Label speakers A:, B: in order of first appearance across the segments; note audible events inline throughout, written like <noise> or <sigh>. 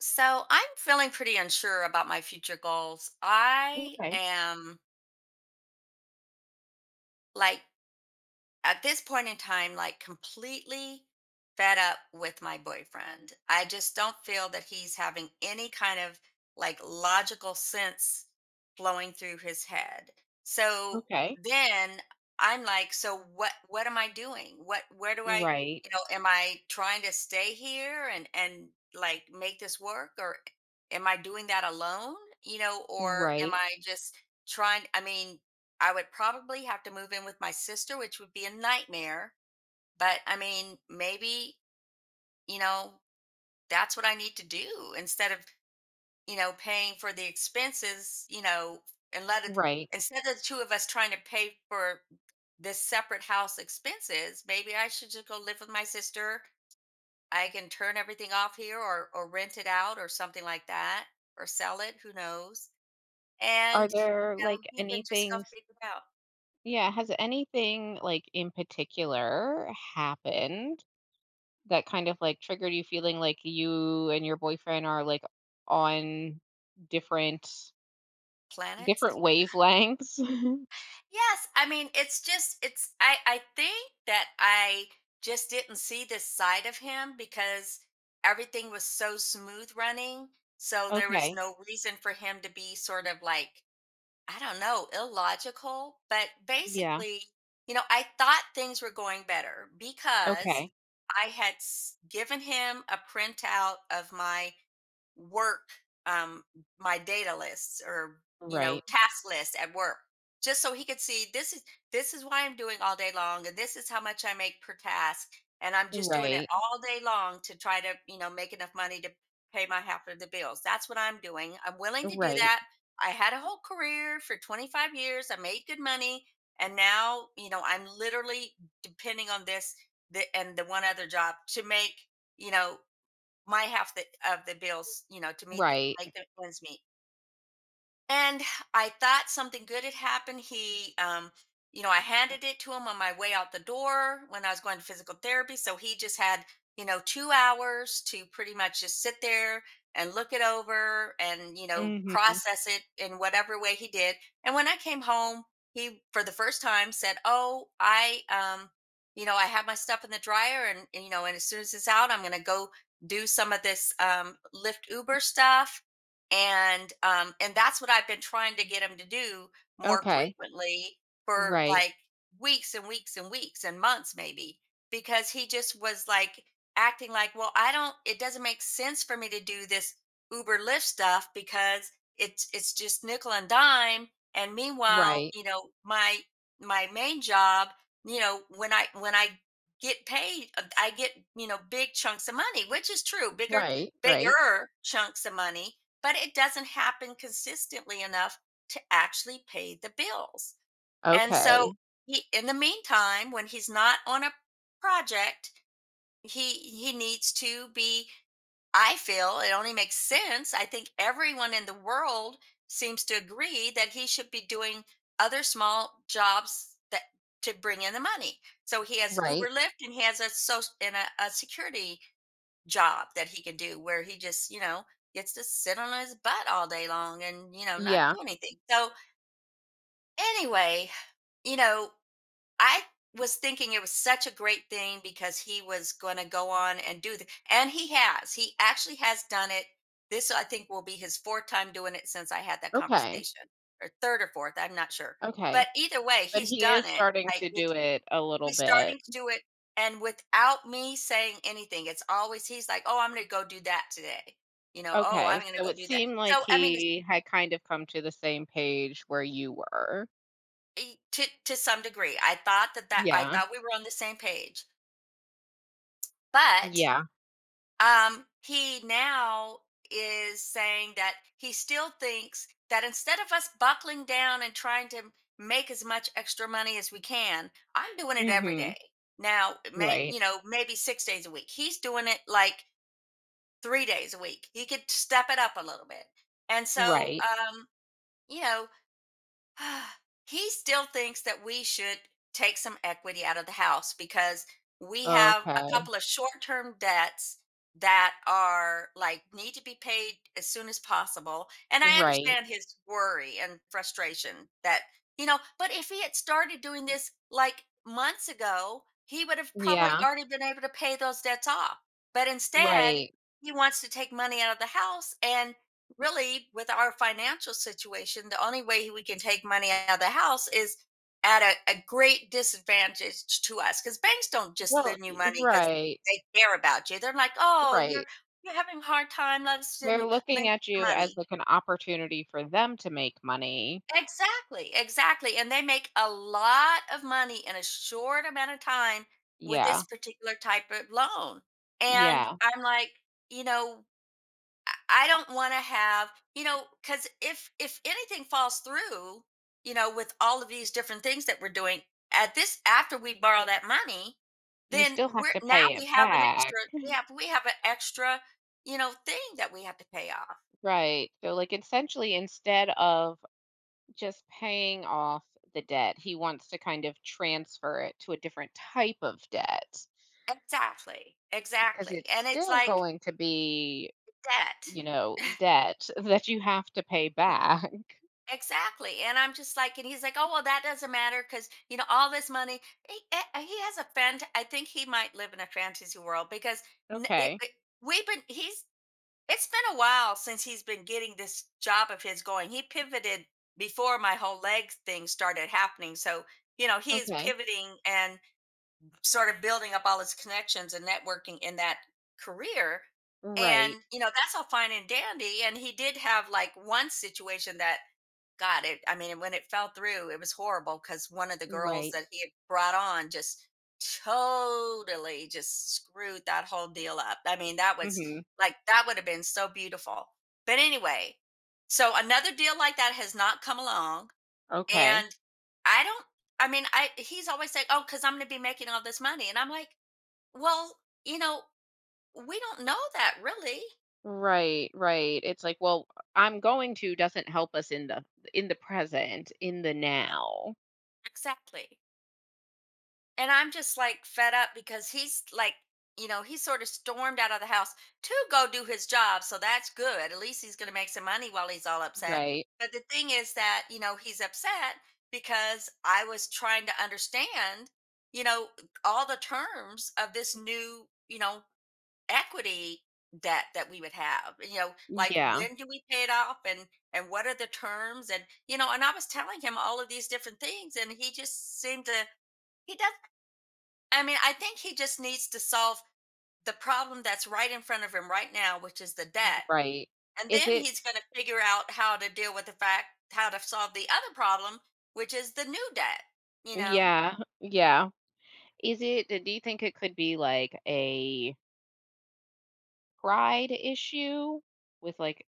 A: So I'm feeling pretty unsure about my future goals. I
B: Okay,
A: am like at this point in time, like completely fed up with my boyfriend. I just don't feel that he's having any kind of like logical sense flowing through his head. So
B: okay.
A: then I'm like, so what am I doing? What Where do I,
B: Right,
A: am I trying to stay here and like make this work, or am I doing that alone? Or am
B: right,
A: I just trying I mean, I would probably have to move in with my sister, which would be a nightmare. But I mean, maybe, you know, that's what I need to do instead of, paying for the expenses, and let it,
B: right.
A: instead of the two of us trying to pay for this separate house expenses. Maybe I should just go live with my sister. I can turn everything off here, or rent it out or something like that, or sell it. Who knows?
B: Are
A: And, you
B: there
A: know,
B: like
A: he can
B: any
A: just go
B: things
A: figure it out
B: Yeah, has anything like in particular happened that kind of like triggered you feeling like you and your boyfriend are like on different different
A: planets.
B: wavelengths? <laughs>
A: Yes, I mean, it's just it's I think that I just didn't see this side of him because everything was so smooth running, so there was
B: Okay.
A: no reason for him to be sort of like, I don't know, illogical. But
B: Yeah.
A: basically, I thought things were going better because
B: Okay.
A: I had given him a printout of my work, um, my data lists, or
B: Right.
A: task lists at work, just so he could see this is why I'm doing all day long, and this is how much I make per task, and I'm just doing it
B: Right.
A: all day long to try to make enough money to pay my half of the bills. That's what I'm doing. I'm willing to do
B: Right.
A: that. I had a whole career for 25 years. I made good money, and now I'm literally depending on this, and the one other job to make, you know my half the of the bills, to meet the
B: Right.
A: make the ends meet. And I thought something good had happened. He, I handed it to him on my way out the door when I was going to physical therapy. So he just had, 2 hours to pretty much just sit there and look it over and,
B: Mhm.
A: process it in whatever way he did. And when I came home, he, for the first time, said, "Oh, I, I have my stuff in the dryer, and as soon as it's out, I'm going to go do some of this Lyft Uber stuff." And that's what I've been trying to get him to do more
B: Okay.
A: frequently for
B: Right.
A: like weeks and weeks and weeks and months maybe, because he just was like acting like, "Well, I don't it doesn't make sense for me to do this Uber Lyft stuff because it's just nickel and dime." And meanwhile,
B: Right.
A: my main job, when I get paid, I get, big chunks of money, which is true. Bigger
B: Right. Right.
A: chunks of money, but it doesn't happen consistently enough to actually pay the bills. And so
B: Okay.
A: he, in the meantime, when he's not on a project, he needs to be, I feel it only makes sense. I think everyone in the world seems to agree that he should be doing other small jobs that to bring in the money. So he has Uber
B: Right.
A: Lyft, and he has a social and a security job that he can do where he just, gets to sit on his butt all day long and, not
B: Yeah.
A: do anything. So, anyway, you know, I was thinking it was such a great thing because he was going to go on and do the and he has. He actually has done it. This, I think, will be his fourth time doing it since I had that
B: Okay.
A: conversation, or third or fourth. I'm not sure.
B: Okay.
A: But either way,
B: But
A: he's
B: he
A: done
B: is
A: it
B: starting
A: like
B: to
A: with
B: do it a little
A: He's
B: bit.
A: starting to do it, and without me saying anything, it's always he's like, "Oh, I'm gonna go do that today," "Oh,
B: Okay.
A: I'm gonna
B: So
A: go
B: it
A: do that."
B: seemed like
A: So, I mean, it's,
B: he had kind of come to the same page where you were.
A: e- to some degree, I thought that that I
B: Yeah.
A: thought we were on the same page. But
B: Yeah.
A: he now is saying that he still thinks that instead of us buckling down and trying to make as much extra money as we can, I'm doing it every day.
B: Mhm.
A: Now, it may,
B: Right.
A: maybe 6 days a week, he's doing it like 3 days a week. He could step it up a little bit. And so,
B: Right.
A: you know, <sighs> he still thinks that we should take some equity out of the house because we have a
B: Okay.
A: couple of short-term debts that are like need to be paid as soon as possible. And I
B: Right.
A: understand his worry and frustration. That you know but if he had started doing this like months ago, he would have probably
B: Yeah.
A: already been able to pay those debts off. But instead,
B: Right.
A: he wants to take money out of the house. And really, with our financial situation, the only way we can take money out of the house is at a great disadvantage to us, because banks don't just
B: Well,
A: lend you money because
B: right.
A: they care about you. They're like, "Oh,
B: Right.
A: you're having a hard time. Let's send
B: They're
A: you
B: looking
A: lend
B: at
A: you
B: you as
A: money."
B: like an opportunity for them to make money.
A: Exactly, exactly. And they make a lot of money in a short amount of time with this
B: Yeah.
A: particular type of loan. And
B: Yeah.
A: I'm like, you know I don't want to have, because if anything falls through, with all of these different things that we're doing, at this after we borrow that money,
B: You
A: then
B: still have
A: we're
B: to
A: now
B: pay
A: we
B: it
A: have an extra
B: back.
A: we have an extra, thing that we have to pay off.
B: Right. So, like, essentially, instead of just paying off the debt, he wants to kind of transfer it to a different type of debt
A: Exactly.
B: because
A: Exactly.
B: it's
A: And it's
B: still
A: like
B: going to be,
A: debt.
B: debt <laughs> that you have to pay
A: <laughs>
B: back.
A: Exactly. And I'm just like, and he's like, "Oh, well, that doesn't matter because, all this money," he, eh, eh, he has a fant. I think he might live in a fantasy world, because n- it,
B: Okay.
A: it- we've been, he's, it's been a while since he's been getting this job of his going. He pivoted before my whole leg thing started happening. So, he is
B: Okay.
A: pivoting and sort of building up all his connections and networking in that career. And,
B: Right.
A: that's all fine and dandy. And he did have like one situation that, God, it I mean, when it fell through, it was horrible, because one of the girls
B: Right.
A: that he had brought on just totally just screwed that whole deal up. I mean, that was
B: Hmm.
A: like that would have been so beautiful. But anyway, so another deal like that has not come along.
B: Okay.
A: And I don't I mean, I he's always saying, "Oh, because I'm gonna be making all this money." And I'm like, well, you know, we don't know that really.
B: Right. Right. It's like, well, I'm going to doesn't help us in the present, in the now.
A: Exactly. And I'm just like fed up, because he's like, he sort of stormed out of the house to go do his job. So that's good. At least he's going to make some money while he's all upset.
B: Right.
A: But the thing is that, he's upset because I was trying to understand, you know, all the terms of this new, equity debt that we would have. Like,
B: Yeah.
A: when do we pay it off, and what are the terms? And and I was telling him all of these different things, and he just seemed to he doesn't I mean, I think he just needs to solve the problem that's right in front of him right now, which is the debt.
B: Right.
A: And
B: Is
A: then
B: it
A: he's going to figure out how to deal with how to solve the other problem, which is the new debt. You know,
B: Yeah, yeah. Is it Do you think it could be like a pride issue with like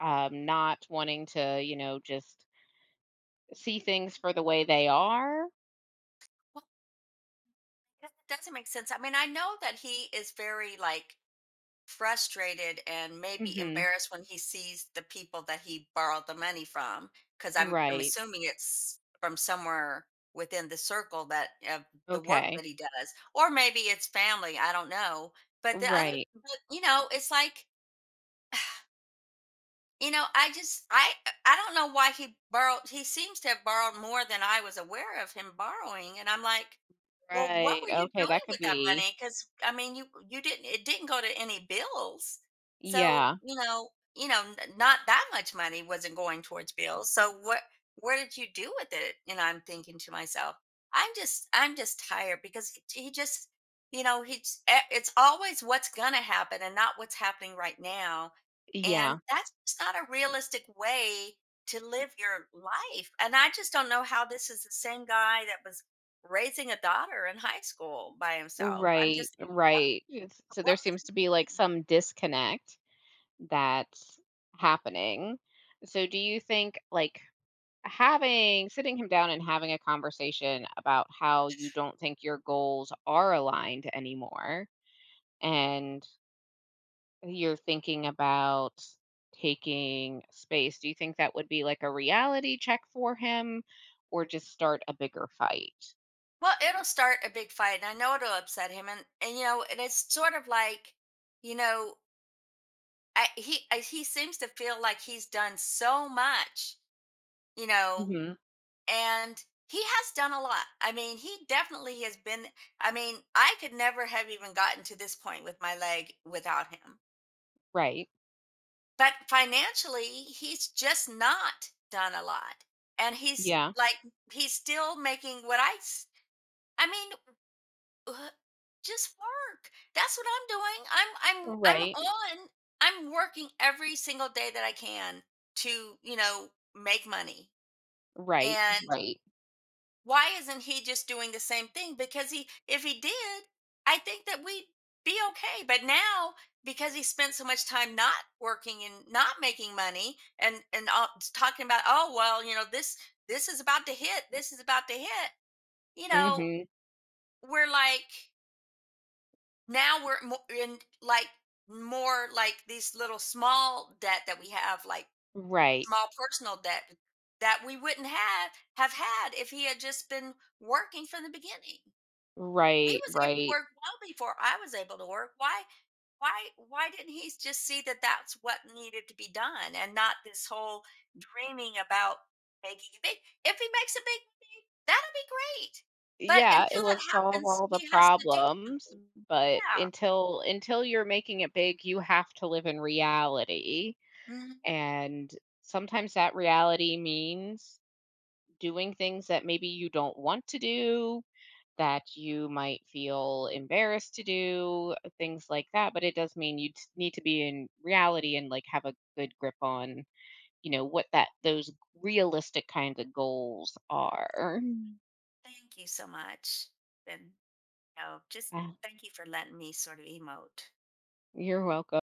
B: not wanting to, just see things for the way they are?
A: well, that doesn't make sense. I mean, I know that he is very like frustrated and maybe
B: Mhm.
A: embarrassed when he sees the people that he borrowed the money from, because I'm
B: Right.
A: assuming it's from somewhere within the circle that of the work
B: Okay.
A: that he does, or maybe it's family, I don't know. but the other
B: Right.
A: but you know, it's like, I just I don't know why he borrowed. He seems to have borrowed more than I was aware of him borrowing, and I'm like, well, what
B: Right.
A: were you
B: Okay,
A: doing
B: that could
A: with that
B: be.
A: money? Because I mean, you didn't it didn't go to any bills, so
B: Yeah.
A: not that much money wasn't going towards bills. So what where did you do with it? And I'm thinking to myself, I'm just tired, because he just you know he's eh, it's always what's gonna happen and not what's happening right now, and
B: Yeah.
A: that's just not a realistic way to live your life. And I just don't know how this is the same guy that was raising a daughter in high school by himself.
B: Right.
A: What,
B: Right. So there
A: what was
B: seems
A: he
B: to be like
A: doing?
B: some disconnect that's happening. So do you think like having sitting him down and having a conversation about how you don't think your goals are aligned anymore and you're thinking about taking space, do you think that would be like a reality check for him or just start a bigger fight?
A: Well, it'll start a big fight, and I know it'll upset him, and it's sort of like, you know, he seems to feel like he's done so much, you know,
B: Mhm.
A: and he has done a lot. I mean, he definitely has been. I mean, I could never have even gotten to this point with my leg without him.
B: Right.
A: But financially, he's just not done a lot. And he's
B: Yeah.
A: like, he's still making I mean, uh, just work. That's what I'm doing. I'm, I'm,
B: Right.
A: I'm on, I'm working every single day that I can to, make money.
B: Right. Right.
A: Why isn't he just doing the same thing? Because he if he did, I think that we'd be okay. But now, because he spent so much time not working and not making money, and all, talking about, "Oh well, this is about to hit, this is about to hit," you know
B: Mhm.
A: we're like, now we're in like more like these little small debt that we have, like
B: Right.
A: small personal debt that we wouldn't have had if he had just been working from the beginning. He
B: Right.
A: was able to
B: Right.
A: work well before I was able to work. Why didn't he just see that that's what needed to be done, and not this whole dreaming about making a big if he makes a big movie, that'll be great. But
B: Yeah, it
A: until
B: will
A: that
B: solve
A: happens,
B: all the
A: he has to do
B: problems,
A: something.
B: but
A: Yeah.
B: until you're making it big, you have to live in reality,
A: Mhm.
B: and sometimes that reality means doing things that maybe you don't want to do, that you might feel embarrassed to do, things like that, but it does mean you need to be in reality and like have a good grip on, what that those realistic kinds of goals are. <sighs>
A: Thank you so much. And just
B: Ah.
A: thank you for letting me sort of emote.
B: You're welcome.